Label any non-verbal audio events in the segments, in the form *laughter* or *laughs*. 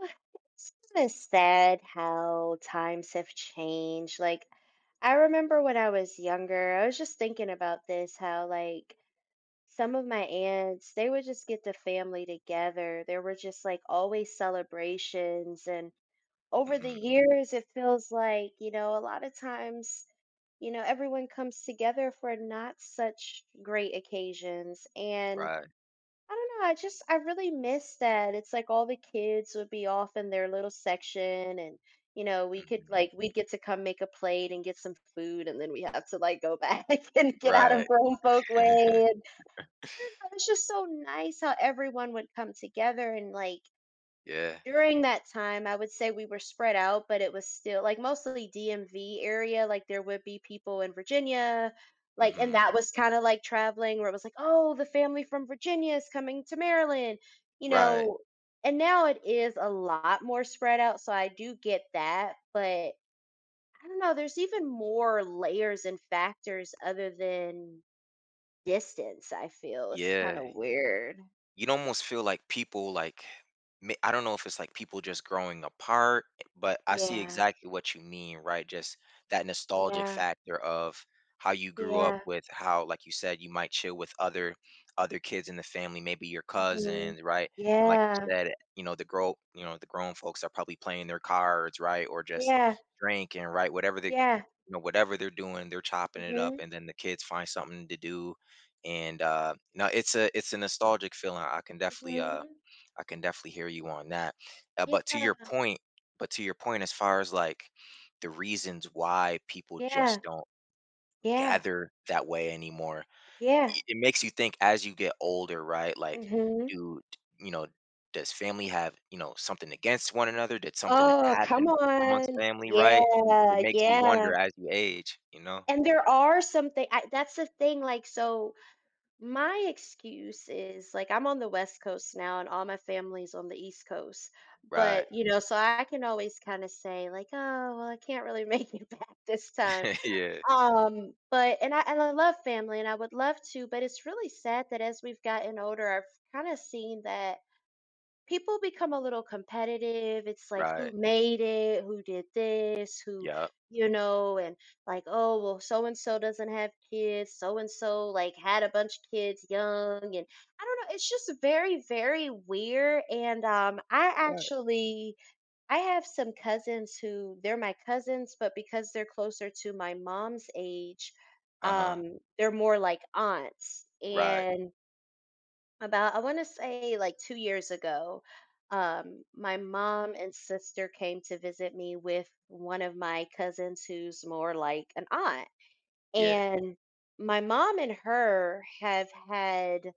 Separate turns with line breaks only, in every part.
It's kind of sad how times have changed. I remember when I was younger. I was just thinking about this how, some of my aunts, they would just get the family together. There were just like always celebrations. And over the
Mhm.
years, it feels like, a lot of times, everyone comes together for not such great occasions. And
Right.
I don't know, I just I really miss that. It's like all the kids would be off in their little section and you know, we could
Mhm.
like we'd get to come make a plate and get some food and then we have to like go back *laughs* and get out of
Right.
grown folk way. And it was just so nice how everyone would come together and like
Yeah.
during that time, I would say we were spread out, but it was still like mostly DMV area. Like there would be people in Virginia, like, and
Mhm.
that was kind of like traveling where it was like, oh, the family from Virginia is coming to Maryland, you
Right.
know. And now it is a lot more spread out. So I do get that. But I don't know, there's even more layers and factors other than distance, I feel. It's kind
Yeah.
of weird.
You'd almost feel like people like I don't know if it's like people just growing apart, but I see
Yeah.
exactly what you mean, right? Just that nostalgic
Yeah.
factor of how you grew up
Yeah.
with how like you said you might chill with other kids in the family, maybe your
Hmm.
cousins, right? And like you
Yeah.
said, you know, the grown folks are probably playing their cards, right? Or just
Yeah,
drinking, right? Whatever the
yeah.
you know whatever they're doing, they're chopping it up,
Mhm,
and then the kids find something to do. And no, it's a nostalgic feeling. i can definitely uh
mhm.
i can definitely hear you on that. But to your
Yeah,
point, as far as like the reasons why people
yeah,
just don't
yeah,
gather that way anymore.
yeah.
It makes you think as you get older, right? Like,
Mhm.
do you know does family have something against one another? Did something
Oh, come
happen amongst
on.
family,
Yeah,
right? It makes you
yeah.
wonder as you age.
And there are something. I that's the thing, like, so my excuse is, like, I'm on the West Coast now and all my family's on the East Coast,
Right.
but, you know, so I can always kinda say, like, "Oh, well, I can't really make it *laughs* back this time."
*laughs* Yeah.
But and I love family and I would love to, but it's really sad that as we've gotten older, I've kind of seen that people become a little competitive. It's like
Right.
who made it, who did this, who
Yup.
you know, and like, oh, well, so and so doesn't have kids, so and so like had a bunch of kids young, and I don't know, it's just very, very weird. And I
Right.
actually I have some cousins who they're my cousins, but because they're closer to my mom's age,
Uh-huh.
they're more like aunts.
Right.
And about, I want to say like 2 years ago, my mom and sister came to visit me with one of my cousins who's more like an aunt.
Yeah.
And my mom and her have had.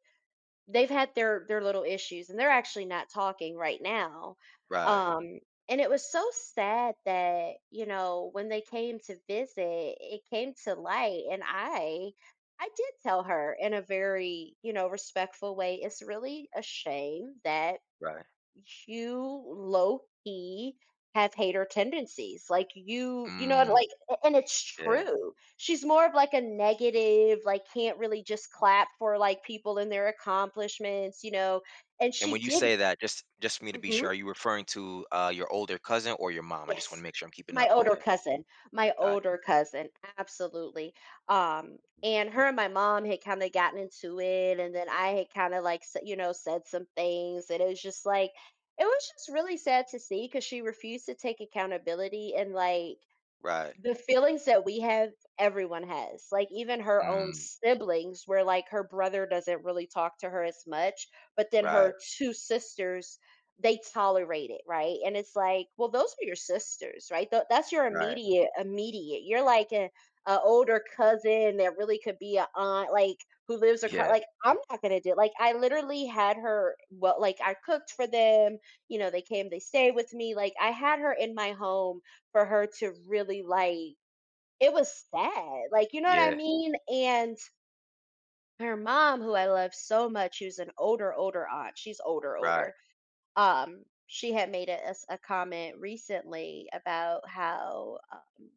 They've had their little issues, and they're actually not talking right now.
Right.
Um, and it was so sad that, you know, when they came to visit, it came to light, and I did tell her in a very, you know, respectful way, it's really a shame that
Right.
you low key have hater tendencies. Like you know,
Mm,
like, and it's
yeah.
true. She's more of like a negative, like can't really just clap for like people and their accomplishments, you know. And
And when
she
you
didn't.
say that, just for me to be
Mm-hmm.
sure, are you referring to, your older cousin or your mom? I just wanna
Yes.
make sure I'm keeping
My
up.
older
Okay.
cousin, my
Got you.
older cousin, absolutely. And her and my mom had kind of gotten into it, and then I had kind of like, you know, said some things, and it was just like, it was just really sad to see because she refused to take accountability and like
Right.
the feelings that we have, everyone has. Like, even her own
Mm.
siblings, where, like, her brother doesn't really talk to her as much, but then her
Right.
2 sisters, they tolerate it, right? And it's like, well, those are your sisters, right? Tho that's your
Right.
immediate. You're like a older cousin that really could be a aunt, like, who lives across.
Yeah.
Like, I'm not gonna do like, I literally had her well, like, I cooked for them, you know, they came, they stayed with me, like, I had her in my home for her to really like it was sad. Like, you know what I
Yeah.
mean? And her mom, who I love so much, who's an older, older aunt, she's older,
Right.
older. She had made a comment recently about how,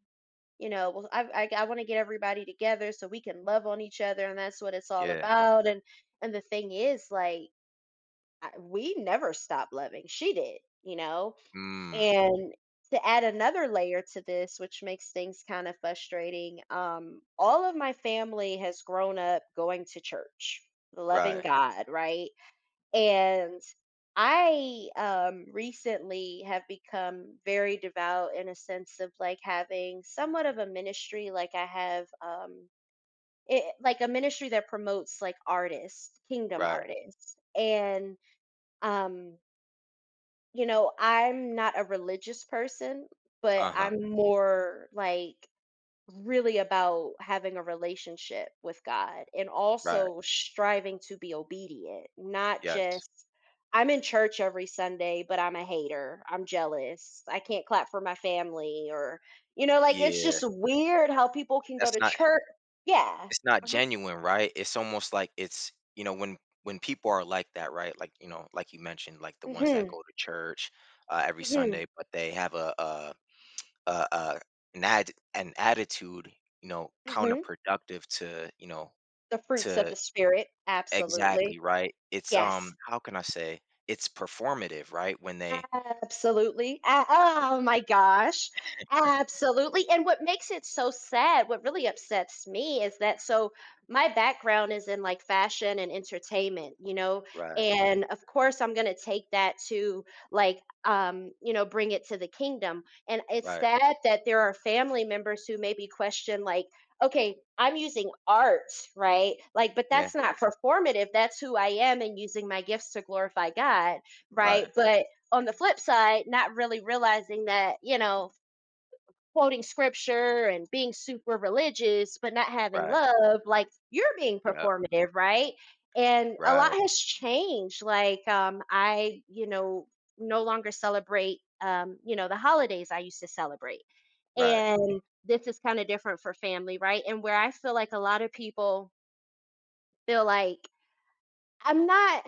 you know, well, I want to get everybody together so we can love on each other, and that's what it's all
Yeah.
about. And the thing is, like, I, we never stopped loving. She did, you know.
Mm.
And to add another layer to this, which makes things kind of frustrating, all of my family has grown up going to church, loving
Right.
God, right? And I recently have become very devout in a sense of like having somewhat of a ministry, like I have it, like a ministry that promotes like artists, kingdom
Right.
artists. And um you know, I'm not a religious person, but
Uh-huh.
I'm more like really about having a relationship with God and
Right.
also striving to be obedient, not
Yes.
just I'm in church every Sunday, but I'm a hater. I'm jealous. I can't clap for my family or you know, like it's
Yeah.
just weird how people can go
That's
to
not,
church. Yeah.
it's not
Uh-huh.
genuine, right? It's almost like it's when people are like that, right? Like, like you mentioned, like the ones that
Mhm.
go to church every
Mhm.
Sunday, but they have a, a an attitude, you know,
Mhm.
counterproductive to,
The fruits of
to
the spirit,
exactly,
absolutely.
right. It's
Yes.
how can I say? It's performative, right? When they
Absolutely. A oh my gosh. Absolutely, and what makes it so sad, what really upsets me is that so my background is in, like, fashion and entertainment, you know,
right,
and, of course, I'm gonna take that to, like, you know, bring it to the kingdom, and it's
right,
sad that there are family members who maybe question, like, "Okay, I'm using art, right? Like, but
yeah,
that's not performative, that's who I am and using my gifts to glorify God,
right,
right?" But on the flip side, not really realizing that, you know, quoting scripture and being super religious, but not having
right,
love, like you're being
yeah,
performative, right? And a lot
right,
has changed. Like, I, you know, no longer celebrate, you know, the holidays I used to celebrate.
right,
And this is kind of different for family, right? And where I feel like a lot of people feel like, I'm not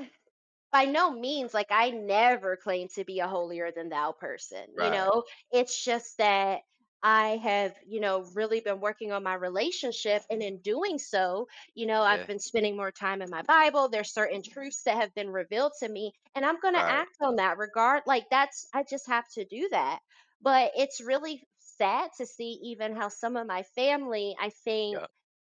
by no means like I never claim to be a holier than thou person, you
right,
know? It's just that I have, you know, really been working on my relationship. And in doing so, you know, I've
yeah,
been spending more time in my Bible. There's certain truths that have been revealed to me, and I'm going to
right,
act on that regard. Like, that's, I just have to do that. But it's really sad to see even how some of my family, I think,
yeah,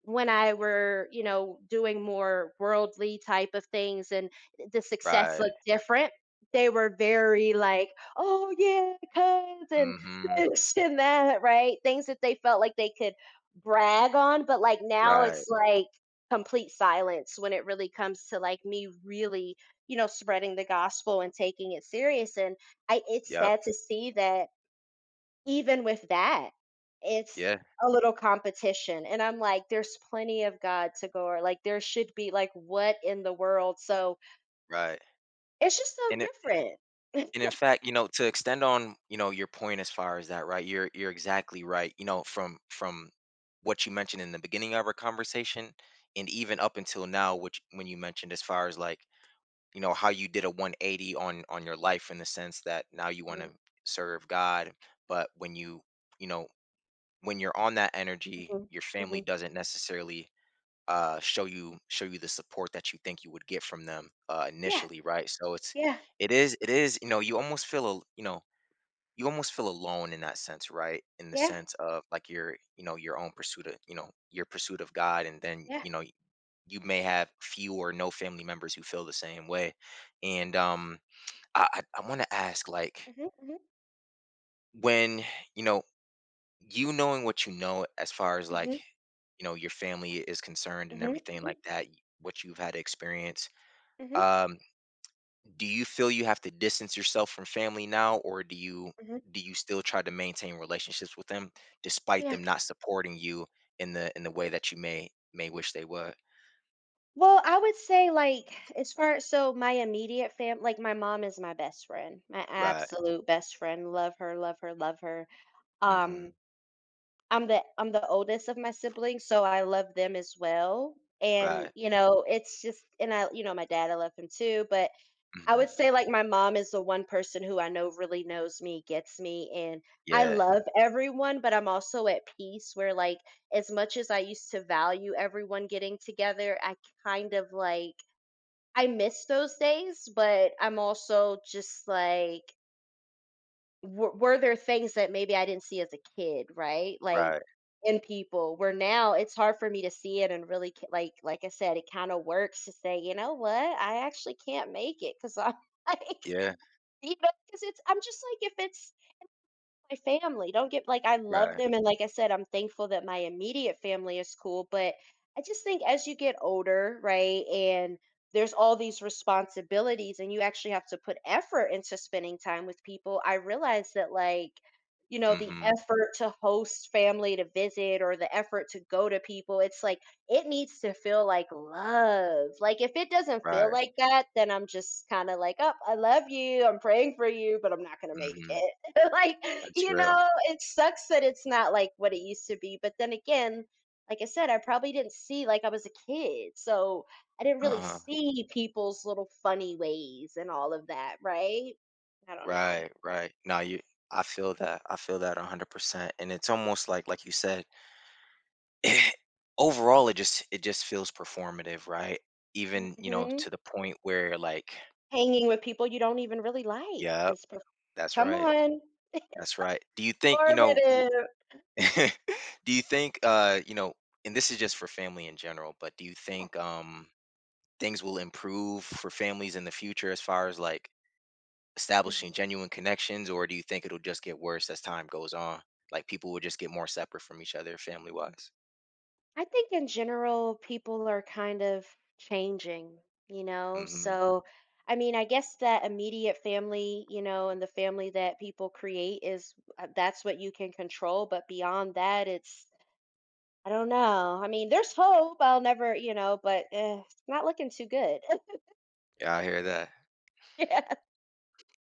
when I were, you know, doing more worldly type of things and the success
right.
looked different, they were very like, oh yeah, cuz and
Mm-hmm.
this and that, right? Things that they felt like they could brag on, but like now
Right.
it's like complete silence when it really comes to like me really, you know, spreading the gospel and taking it serious. And I it's
Yep.
sad to see that even with that, it's
Yeah,
a little competition, and I'm like, "There's plenty of God to go or like, there should be like, what in the world?" So,
right.
it's just so
And it
different.
and in fact, to extend on, your point as far as that, right? You're exactly right. You know, from what you mentioned in the beginning of our conversation and even up until now, which when you mentioned as far as like, how you did a 180 on your life in the sense that now you want to
Mhm,
serve God, but you know, when you're on that energy,
mhm,
your family
mhm.
doesn't necessarily show you the support that you think you would get from them,
Yeah,
initially, right? So it's
yeah,
it is it is You almost feel alone in that sense, right? In the
yeah,
sense of like your own pursuit of, your pursuit of God, and then
yeah.
you may have few or no family members who feel the same way. And I want to ask like
Mhm, mhm,
when you know you knowing what you know as far as like
mhm,
your family is concerned and
mhm,
everything
mhm,
like that, what you've had experience.
mhm,
Um, do you feel you have to distance yourself from family now, or do you
mhm,
do you still try to maintain relationships with them despite
yeah.
them not supporting you in the way that you may wish they would?
Well, I would say, like, as far as so my immediate fam like, my mom is my best friend, my
Right.
absolute best friend. Love her, love her, love her. Um
Mm-hmm.
I'm the oldest of my siblings, so I love them as well. And,
Right.
you know, it's just and I, you know, my dad, I love him too, but I
Mm-hmm.
would say like my mom is the one person who I know really knows me, gets me, and I
Yeah.
love everyone, but I'm also at peace where like as much as I used to value everyone getting together, I kind of like I miss those days, but I'm also just like were there things that maybe I didn't see as a kid, right? Like
Right.
in people where now it's hard for me to see it and really like I said, it kind of works to say, you know what, I actually can't make it because I'm *laughs* like,
Yeah.
you know, because it's I'm just like if it's my family. Don't get like I love
Right.
them and like I said, I'm thankful that my immediate family is cool, but I just think as you get older, right? And there's all these responsibilities and you actually have to put effort into spending time with people. I realize that like you know the
Mm-hmm.
effort to host family to visit or the effort to go to people it's like it needs to feel like love like if it doesn't feel
Right.
like that then I'm just kind of like oh I love you I'm praying for you but I'm not going to make
Mm-hmm.
it *laughs* like,
That's
you
real.
know, it sucks that it's not like what it used to be. But then again, like I said, I probably didn't see like I was a kid. So I didn't really
Uh-huh.
see people's little funny ways and all of that, right? I don't know.
Right. Right. Now you. I feel that. I feel that 100%. And it's almost like you said, *sighs* overall it just feels performative, right? Even,
Hmm.
to the point where like,
Hanging with people you don't even really like.
yeah,
Is perf-
that's
come
right,
on.
that's right. Do you think
Formative.
*laughs* do you think and this is just for family in general — but do you
Yeah.
think things will improve for families in the future as far as like
Mm-hmm.
establishing genuine connections, or do you think it'll just get worse as time goes on, like people will just get more separate from each other, family wise?
I think in general, people are kind of changing, you know?
Hmm,
So, I mean, I guess that immediate family, you know, and the family that people create is that's what you can control. But beyond that, it's, I don't know. I mean, there's hope. I'll never, you know, but eh, it's not looking too good.
yeah, I hear that.
*laughs* Yeah.